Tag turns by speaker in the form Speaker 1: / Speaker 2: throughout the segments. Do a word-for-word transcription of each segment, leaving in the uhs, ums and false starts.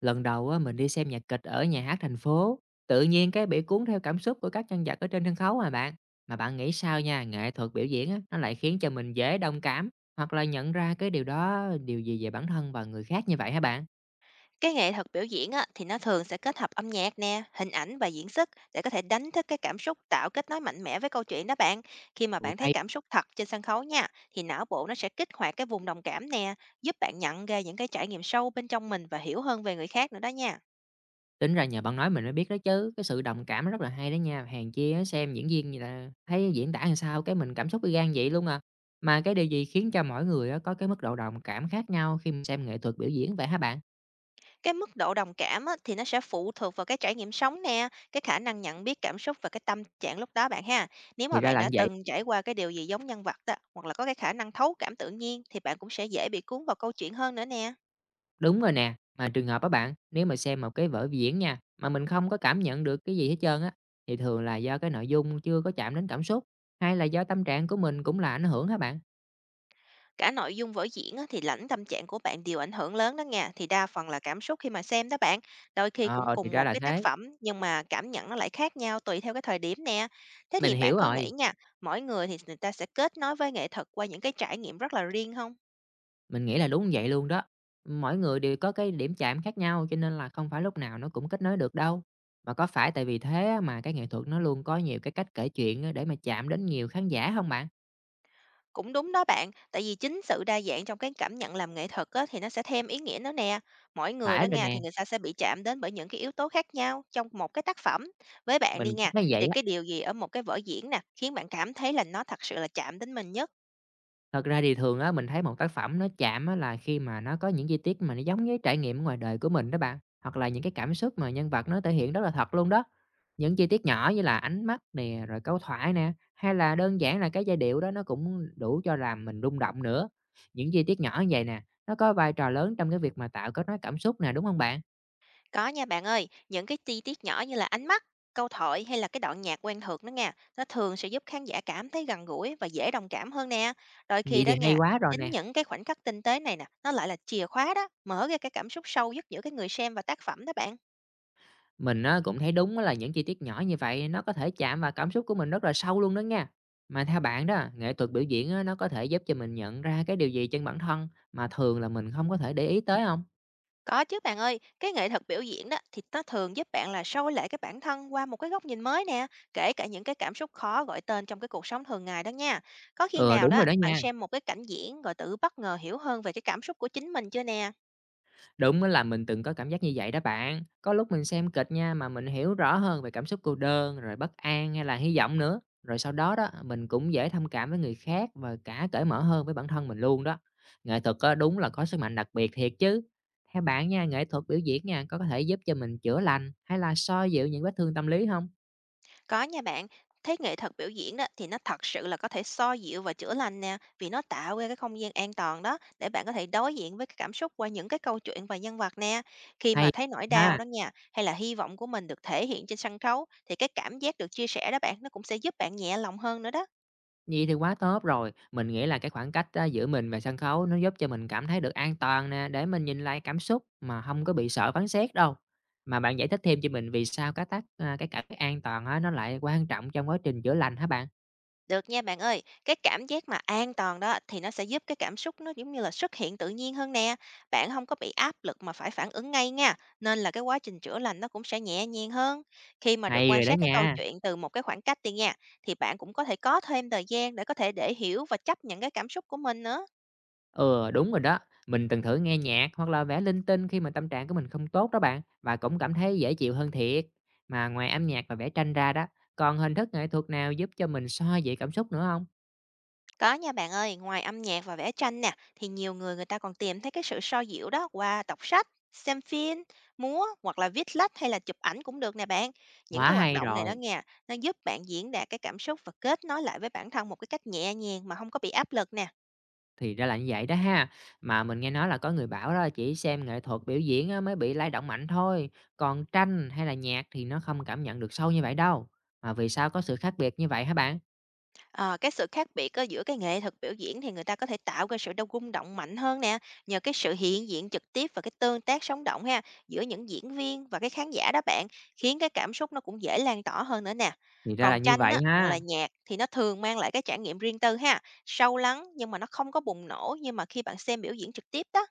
Speaker 1: Lần đầu á, mình đi xem nhạc kịch ở nhà hát thành phố, tự nhiên cái bị cuốn theo cảm xúc của các nhân vật ở trên sân khấu à bạn. Mà bạn nghĩ sao nha, nghệ thuật biểu diễn á, nó lại khiến cho mình dễ đồng cảm hoặc là nhận ra cái điều đó điều gì về bản thân và người khác như vậy hả bạn?
Speaker 2: Cái nghệ thuật biểu diễn á, thì nó thường sẽ kết hợp âm nhạc nè, hình ảnh và diễn xuất để có thể đánh thức cái cảm xúc, tạo kết nối mạnh mẽ với câu chuyện đó bạn. Khi mà
Speaker 1: Ồ,
Speaker 2: bạn thấy
Speaker 1: hay,
Speaker 2: cảm xúc thật trên sân khấu nha, thì não bộ nó sẽ kích hoạt cái vùng đồng cảm nè, giúp bạn nhận ra những cái trải nghiệm sâu bên trong mình và hiểu hơn về người khác nữa đó nha.
Speaker 1: tính ra nhờ bạn nói mình mới biết đó chứ, cái sự đồng cảm rất là hay đó nha, hèn chi á, xem diễn viên gì là thấy diễn tả làm sao cái mình cảm xúc y gan vậy luôn à. Mà cái điều gì khiến cho mỗi người á, có cái mức độ đồng cảm khác nhau khi mà xem nghệ thuật biểu diễn vậy hả bạn?
Speaker 2: Cái mức độ đồng cảm á, thì nó sẽ phụ thuộc vào cái trải nghiệm sống nè, cái khả năng nhận biết cảm xúc và cái tâm trạng lúc đó bạn ha. Nếu
Speaker 1: Thì
Speaker 2: mà
Speaker 1: ra
Speaker 2: bạn
Speaker 1: là
Speaker 2: đã
Speaker 1: như vậy.
Speaker 2: từng trải qua cái điều gì giống nhân vật đó, hoặc là có cái khả năng thấu cảm tự nhiên thì bạn cũng sẽ dễ bị cuốn vào câu chuyện hơn nữa nè.
Speaker 1: Đúng rồi nè, mà trường hợp á bạn, nếu mà xem một cái vở diễn nha, mà mình không có cảm nhận được cái gì hết trơn á, thì thường là do cái nội dung chưa có chạm đến cảm xúc, hay là do tâm trạng của mình cũng là ảnh hưởng hả bạn?
Speaker 2: Cả nội dung vở diễn á, thì lẫn tâm trạng của bạn đều ảnh hưởng lớn đó nha, thì đa phần là cảm xúc khi mà xem đó bạn. Đôi khi cũng
Speaker 1: Ờ, thì
Speaker 2: cùng
Speaker 1: ra
Speaker 2: một
Speaker 1: là
Speaker 2: cái tác
Speaker 1: thế.
Speaker 2: phẩm nhưng mà cảm nhận nó lại khác nhau tùy theo cái thời điểm nè. Thế
Speaker 1: Mình
Speaker 2: thì
Speaker 1: hiểu
Speaker 2: bạn có nghĩ
Speaker 1: rồi,
Speaker 2: nha, mỗi người thì người ta sẽ kết nối với nghệ thuật qua những cái trải nghiệm rất là riêng không?
Speaker 1: mình nghĩ là đúng vậy luôn đó. Mỗi người đều có cái điểm chạm khác nhau cho nên là không phải lúc nào nó cũng kết nối được đâu. Mà có phải tại vì thế á mà cái nghệ thuật nó luôn có nhiều cái cách kể chuyện á để mà chạm đến nhiều khán giả không bạn?
Speaker 2: Cũng đúng đó bạn, tại vì chính sự đa dạng trong cái cảm nhận làm nghệ thuật á, thì nó sẽ thêm ý nghĩa nữa nè. Mỗi người
Speaker 1: Phải
Speaker 2: đó
Speaker 1: rồi
Speaker 2: nha
Speaker 1: nè,
Speaker 2: thì người ta sẽ bị chạm đến bởi những cái yếu tố khác nhau trong một cái tác phẩm. Với bạn
Speaker 1: mình
Speaker 2: đi
Speaker 1: cũng
Speaker 2: nha,
Speaker 1: thấy vậy
Speaker 2: thì
Speaker 1: á.
Speaker 2: cái điều gì ở một cái vở diễn nè khiến bạn cảm thấy là nó thật sự là chạm đến mình nhất?
Speaker 1: Thật ra thì thường á, mình thấy một tác phẩm nó chạm á, là khi mà nó có những chi tiết mà nó giống với trải nghiệm ở ngoài đời của mình đó bạn, hoặc là những cái cảm xúc mà nhân vật nó thể hiện rất là thật luôn đó. Những chi tiết nhỏ như là ánh mắt nè, rồi câu thoại nè, hay là đơn giản là cái giai điệu đó nó cũng đủ cho làm mình rung động nữa. Những chi tiết nhỏ như vậy nè, nó có vai trò lớn trong cái việc mà tạo kết nối cảm xúc nè, đúng không bạn?
Speaker 2: Có nha bạn ơi, những cái chi tiết nhỏ như là ánh mắt, câu thoại hay là cái đoạn nhạc quen thuộc đó nha, nó thường sẽ giúp khán giả cảm thấy gần gũi và dễ đồng cảm hơn nè. Đôi
Speaker 1: Vậy
Speaker 2: khi đó
Speaker 1: thì hay
Speaker 2: nha,
Speaker 1: quá rồi
Speaker 2: chính
Speaker 1: nè.
Speaker 2: những cái khoảnh khắc tinh tế này nè, nó lại là chìa khóa đó, mở ra cái cảm xúc sâu nhất giữa cái người xem và tác phẩm đó bạn.
Speaker 1: Mình á, cũng thấy đúng á là những chi tiết nhỏ như vậy nó có thể chạm vào cảm xúc của mình rất là sâu luôn đó nha. Mà theo bạn đó, nghệ thuật biểu diễn á, nó có thể giúp cho mình nhận ra cái điều gì trên bản thân mà thường là mình không có thể để ý tới không?
Speaker 2: Có chứ bạn ơi, cái nghệ thuật biểu diễn đó thì nó thường giúp bạn là soi lại cái bản thân qua một cái góc nhìn mới nè, kể cả những cái cảm xúc khó gọi tên trong cái cuộc sống thường ngày đó nha. Có khi
Speaker 1: Ừ,
Speaker 2: nào
Speaker 1: đúng
Speaker 2: đó
Speaker 1: rồi đó
Speaker 2: bạn
Speaker 1: nha.
Speaker 2: xem một cái cảnh diễn rồi tự bất ngờ hiểu hơn về cái cảm xúc của chính mình chưa nè?
Speaker 1: Đúng là mình từng có cảm giác như vậy đó bạn. Có lúc mình xem kịch nha mà mình hiểu rõ hơn về cảm xúc cô đơn, rồi bất an hay là hy vọng nữa. Rồi sau đó đó, mình cũng dễ thông cảm với người khác và cả cởi mở hơn với bản thân mình luôn đó. Nghệ thuật á, đúng là có sức mạnh đặc biệt thiệt chứ. Theo bạn nha, nghệ thuật biểu diễn nha, có có thể giúp cho mình chữa lành hay là xoa dịu những vết thương tâm lý không?
Speaker 2: Có nha bạn, thấy nghệ thuật biểu diễn đó thì nó thật sự là có thể xoa dịu và chữa lành nè, vì nó tạo ra cái không gian an toàn đó để bạn có thể đối diện với cái cảm xúc qua những cái câu chuyện và nhân vật nè. Khi mà
Speaker 1: Hay
Speaker 2: thấy nỗi đau
Speaker 1: ha.
Speaker 2: đó nha, hay là hy vọng của mình được thể hiện trên sân khấu thì cái cảm giác được chia sẻ đó bạn nó cũng sẽ giúp bạn nhẹ lòng hơn nữa đó.
Speaker 1: Vậy thì quá tốt rồi. Mình nghĩ là cái khoảng cách á, giữa mình và sân khấu nó giúp cho mình cảm thấy được an toàn nè, để mình nhìn lại cảm xúc mà không có bị sợ phán xét đâu. Mà bạn giải thích thêm cho mình vì sao cái tác a, cái cảm giác an toàn á, nó lại quan trọng trong quá trình chữa lành hả bạn?
Speaker 2: Được nha bạn ơi, cái cảm giác mà an toàn đó thì nó sẽ giúp cái cảm xúc nó giống như là xuất hiện tự nhiên hơn nè. Bạn không có bị áp lực mà phải phản ứng ngay nha, nên là cái quá trình chữa lành nó cũng sẽ nhẹ nhàng hơn. Khi mà được
Speaker 1: Hay
Speaker 2: quan
Speaker 1: rồi đó
Speaker 2: sát cái câu
Speaker 1: nha.
Speaker 2: chuyện từ một cái khoảng cách đi nha, thì bạn cũng có thể có thêm thời gian để có thể để hiểu và chấp nhận cái cảm xúc của mình nữa.
Speaker 1: Ừ, đúng rồi đó. Mình từng thử nghe nhạc hoặc là vẽ linh tinh khi mà tâm trạng của mình không tốt đó bạn, và cũng cảm thấy dễ chịu hơn thiệt. Mà ngoài âm nhạc và vẽ tranh ra đó, còn hình thức nghệ thuật nào giúp cho mình xoa dịu cảm xúc nữa không?
Speaker 2: Có nha bạn ơi, ngoài âm nhạc và vẽ tranh nè, thì nhiều người người ta còn tìm thấy cái sự so diệu đó qua đọc sách, xem phim, múa hoặc là viết lách hay là chụp ảnh cũng được nè bạn. Những
Speaker 1: Quá
Speaker 2: cái hoạt
Speaker 1: hay
Speaker 2: động này đó
Speaker 1: rồi.
Speaker 2: nha, nó giúp bạn diễn đạt cái cảm xúc và kết nối lại với bản thân một cái cách nhẹ nhàng mà không có bị áp lực nè.
Speaker 1: Thì ra là như vậy đó ha. Mà mình nghe nói là có người bảo đó chỉ xem nghệ thuật biểu diễn á mới bị lay động mạnh thôi, còn tranh hay là nhạc thì nó không cảm nhận được sâu như vậy đâu. Mà vì sao có sự khác biệt như vậy hả bạn?
Speaker 2: Ờ, cái sự khác biệt á giữa cái nghệ thuật biểu diễn thì người ta có thể tạo ra sự đau rung động mạnh hơn nè, nhờ cái sự hiện diện trực tiếp và cái tương tác sống động ha, giữa những diễn viên và cái khán giả đó bạn, khiến cái cảm xúc nó cũng dễ lan tỏa hơn nữa nè.
Speaker 1: Thì ra là
Speaker 2: Còn
Speaker 1: như
Speaker 2: tranh
Speaker 1: vậy
Speaker 2: á, hoặc
Speaker 1: ha.
Speaker 2: là nhạc thì nó thường mang lại cái trải nghiệm riêng tư ha, sâu lắng nhưng mà nó không có bùng nổ nhưng mà khi bạn xem biểu diễn trực tiếp đó.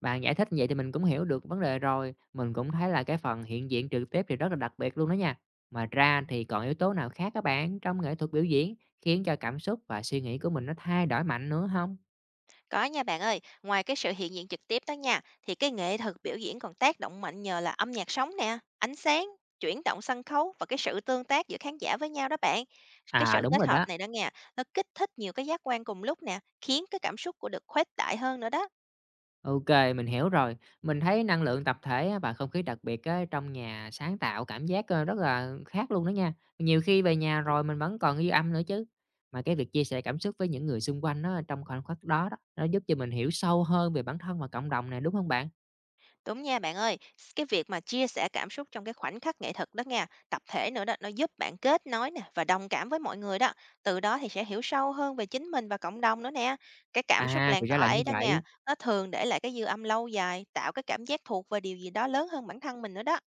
Speaker 1: Bạn giải thích như vậy thì mình cũng hiểu được vấn đề rồi. Mình cũng thấy là cái phần hiện diện trực tiếp thì rất là đặc biệt luôn đó nha. Mà ra thì còn yếu tố nào khác các bạn trong nghệ thuật biểu diễn khiến cho cảm xúc và suy nghĩ của mình nó thay đổi mạnh nữa không?
Speaker 2: Có nha bạn ơi, ngoài cái sự hiện diện trực tiếp đó nha, thì cái nghệ thuật biểu diễn còn tác động mạnh nhờ là âm nhạc sống nè, ánh sáng, chuyển động sân khấu và cái sự tương tác giữa khán giả với nhau đó bạn. Cái
Speaker 1: À,
Speaker 2: sự
Speaker 1: đúng
Speaker 2: kết
Speaker 1: rồi
Speaker 2: hợp
Speaker 1: đó.
Speaker 2: này đó nha, nó kích thích nhiều cái giác quan cùng lúc nè, khiến cái cảm xúc của được khuếch đại hơn nữa đó.
Speaker 1: OK, mình hiểu rồi. Mình thấy năng lượng tập thể á và không khí đặc biệt á trong nhà sáng tạo cảm giác, ơ, rất là khác luôn đó nha. Nhiều khi về nhà rồi mình vẫn còn ghi âm nữa chứ. Mà cái việc chia sẻ cảm xúc với những người xung quanh đó trong khoảnh khắc đó đó, nó giúp cho mình hiểu sâu hơn về bản thân và cộng đồng này đúng không bạn?
Speaker 2: Đúng nha bạn ơi, cái việc mà chia sẻ cảm xúc trong cái khoảnh khắc nghệ thuật đó nha, tập thể nữa đó, nó giúp bạn kết nối nè và đồng cảm với mọi người đó. Từ đó thì sẽ hiểu sâu hơn về chính mình và cộng đồng nữa nè. Cái cảm xúc
Speaker 1: À, thì
Speaker 2: lan
Speaker 1: ra
Speaker 2: tỏa
Speaker 1: là như
Speaker 2: ấy đó
Speaker 1: vậy.
Speaker 2: nha, nó thường để lại cái dư âm lâu dài, tạo cái cảm giác thuộc về điều gì đó lớn hơn bản thân mình nữa đó.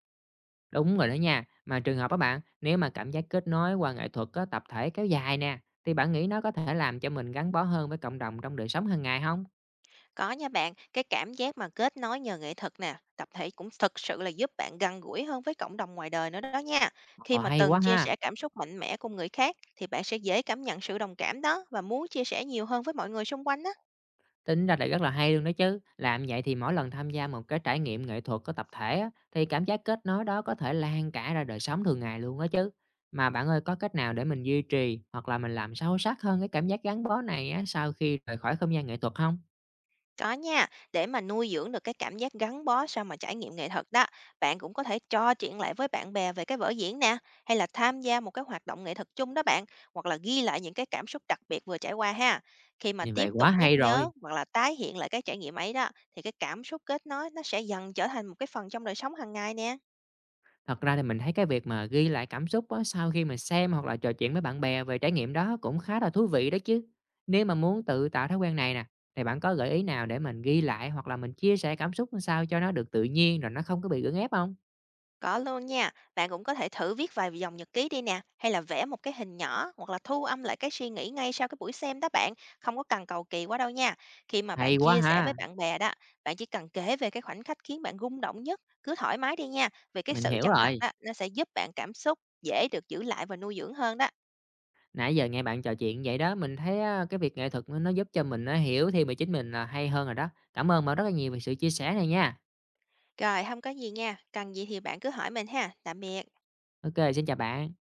Speaker 1: Đúng rồi đó nha. Mà trường hợp á bạn, nếu mà cảm giác kết nối qua nghệ thuật á tập thể kéo dài nè, thì bạn nghĩ nó có thể làm cho mình gắn bó hơn với cộng đồng trong đời sống hàng ngày không?
Speaker 2: Có nha bạn, cái cảm giác mà kết nối nhờ nghệ thuật nè, tập thể cũng thực sự là giúp bạn gần gũi hơn với cộng đồng ngoài đời nữa đó nha. Khi
Speaker 1: Ờ,
Speaker 2: mà
Speaker 1: hay quá
Speaker 2: từng chia
Speaker 1: ha!
Speaker 2: sẻ cảm xúc mạnh mẽ cùng người khác thì bạn sẽ dễ cảm nhận sự đồng cảm đó và muốn chia sẻ nhiều hơn với mọi người xung quanh á.
Speaker 1: Tính ra là rất là hay luôn đó chứ. Làm vậy thì mỗi lần tham gia một cái trải nghiệm nghệ thuật có tập thể á, thì cảm giác kết nối đó có thể lan cả ra đời sống thường ngày luôn á chứ. Mà bạn ơi, có cách nào để mình duy trì hoặc là mình làm sâu sắc hơn cái cảm giác gắn bó này á, sau khi rời khỏi không gian nghệ thuật không?
Speaker 2: Có nha, để mà nuôi dưỡng được cái cảm giác gắn bó sau mà trải nghiệm nghệ thuật đó, bạn cũng có thể trò chuyện lại với bạn bè về cái vở diễn nè, hay là tham gia một cái hoạt động nghệ thuật chung đó bạn, hoặc là ghi lại những cái cảm xúc đặc biệt vừa trải qua ha. Khi mà
Speaker 1: Như vậy
Speaker 2: tiếp
Speaker 1: quá
Speaker 2: tục nhắc
Speaker 1: hay rồi.
Speaker 2: nhớ hoặc là tái hiện lại cái trải nghiệm ấy đó, thì cái cảm xúc kết nối nó sẽ dần trở thành một cái phần trong đời sống hàng ngày nè.
Speaker 1: Thật ra thì mình thấy cái việc mà ghi lại cảm xúc á, sau khi mà xem hoặc là trò chuyện với bạn bè về trải nghiệm đó cũng khá là thú vị đó chứ. Nếu mà muốn tự tạo thói quen này nè, thì bạn có gợi ý nào để mình ghi lại hoặc là mình chia sẻ cảm xúc làm sao cho nó được tự nhiên rồi nó không có bị gượng ép không?
Speaker 2: Có luôn nha, bạn cũng có thể thử viết vài dòng nhật ký đi nè, hay là vẽ một cái hình nhỏ hoặc là thu âm lại cái suy nghĩ ngay sau cái buổi xem đó bạn, không có cần cầu kỳ quá đâu nha. Khi mà
Speaker 1: Hay
Speaker 2: bạn
Speaker 1: quá
Speaker 2: chia sẻ với
Speaker 1: ha,
Speaker 2: bạn bè đó, bạn chỉ cần kể về cái khoảnh khắc khiến bạn rung động nhất, cứ thoải mái đi nha, vì cái
Speaker 1: mình
Speaker 2: sự
Speaker 1: hiểu
Speaker 2: chân thật
Speaker 1: rồi.
Speaker 2: đó nó sẽ giúp bạn cảm xúc dễ được giữ lại và nuôi dưỡng hơn đó.
Speaker 1: Nãy giờ nghe bạn trò chuyện vậy đó, mình thấy á, cái việc nghệ thuật nó nó giúp cho mình nó hiểu thêm về chính mình là hay hơn rồi đó. Cảm ơn bạn rất là nhiều về sự chia sẻ này nha.
Speaker 2: Rồi, không có gì nha, cần gì thì bạn cứ hỏi mình ha. Tạm biệt.
Speaker 1: OK, xin chào bạn.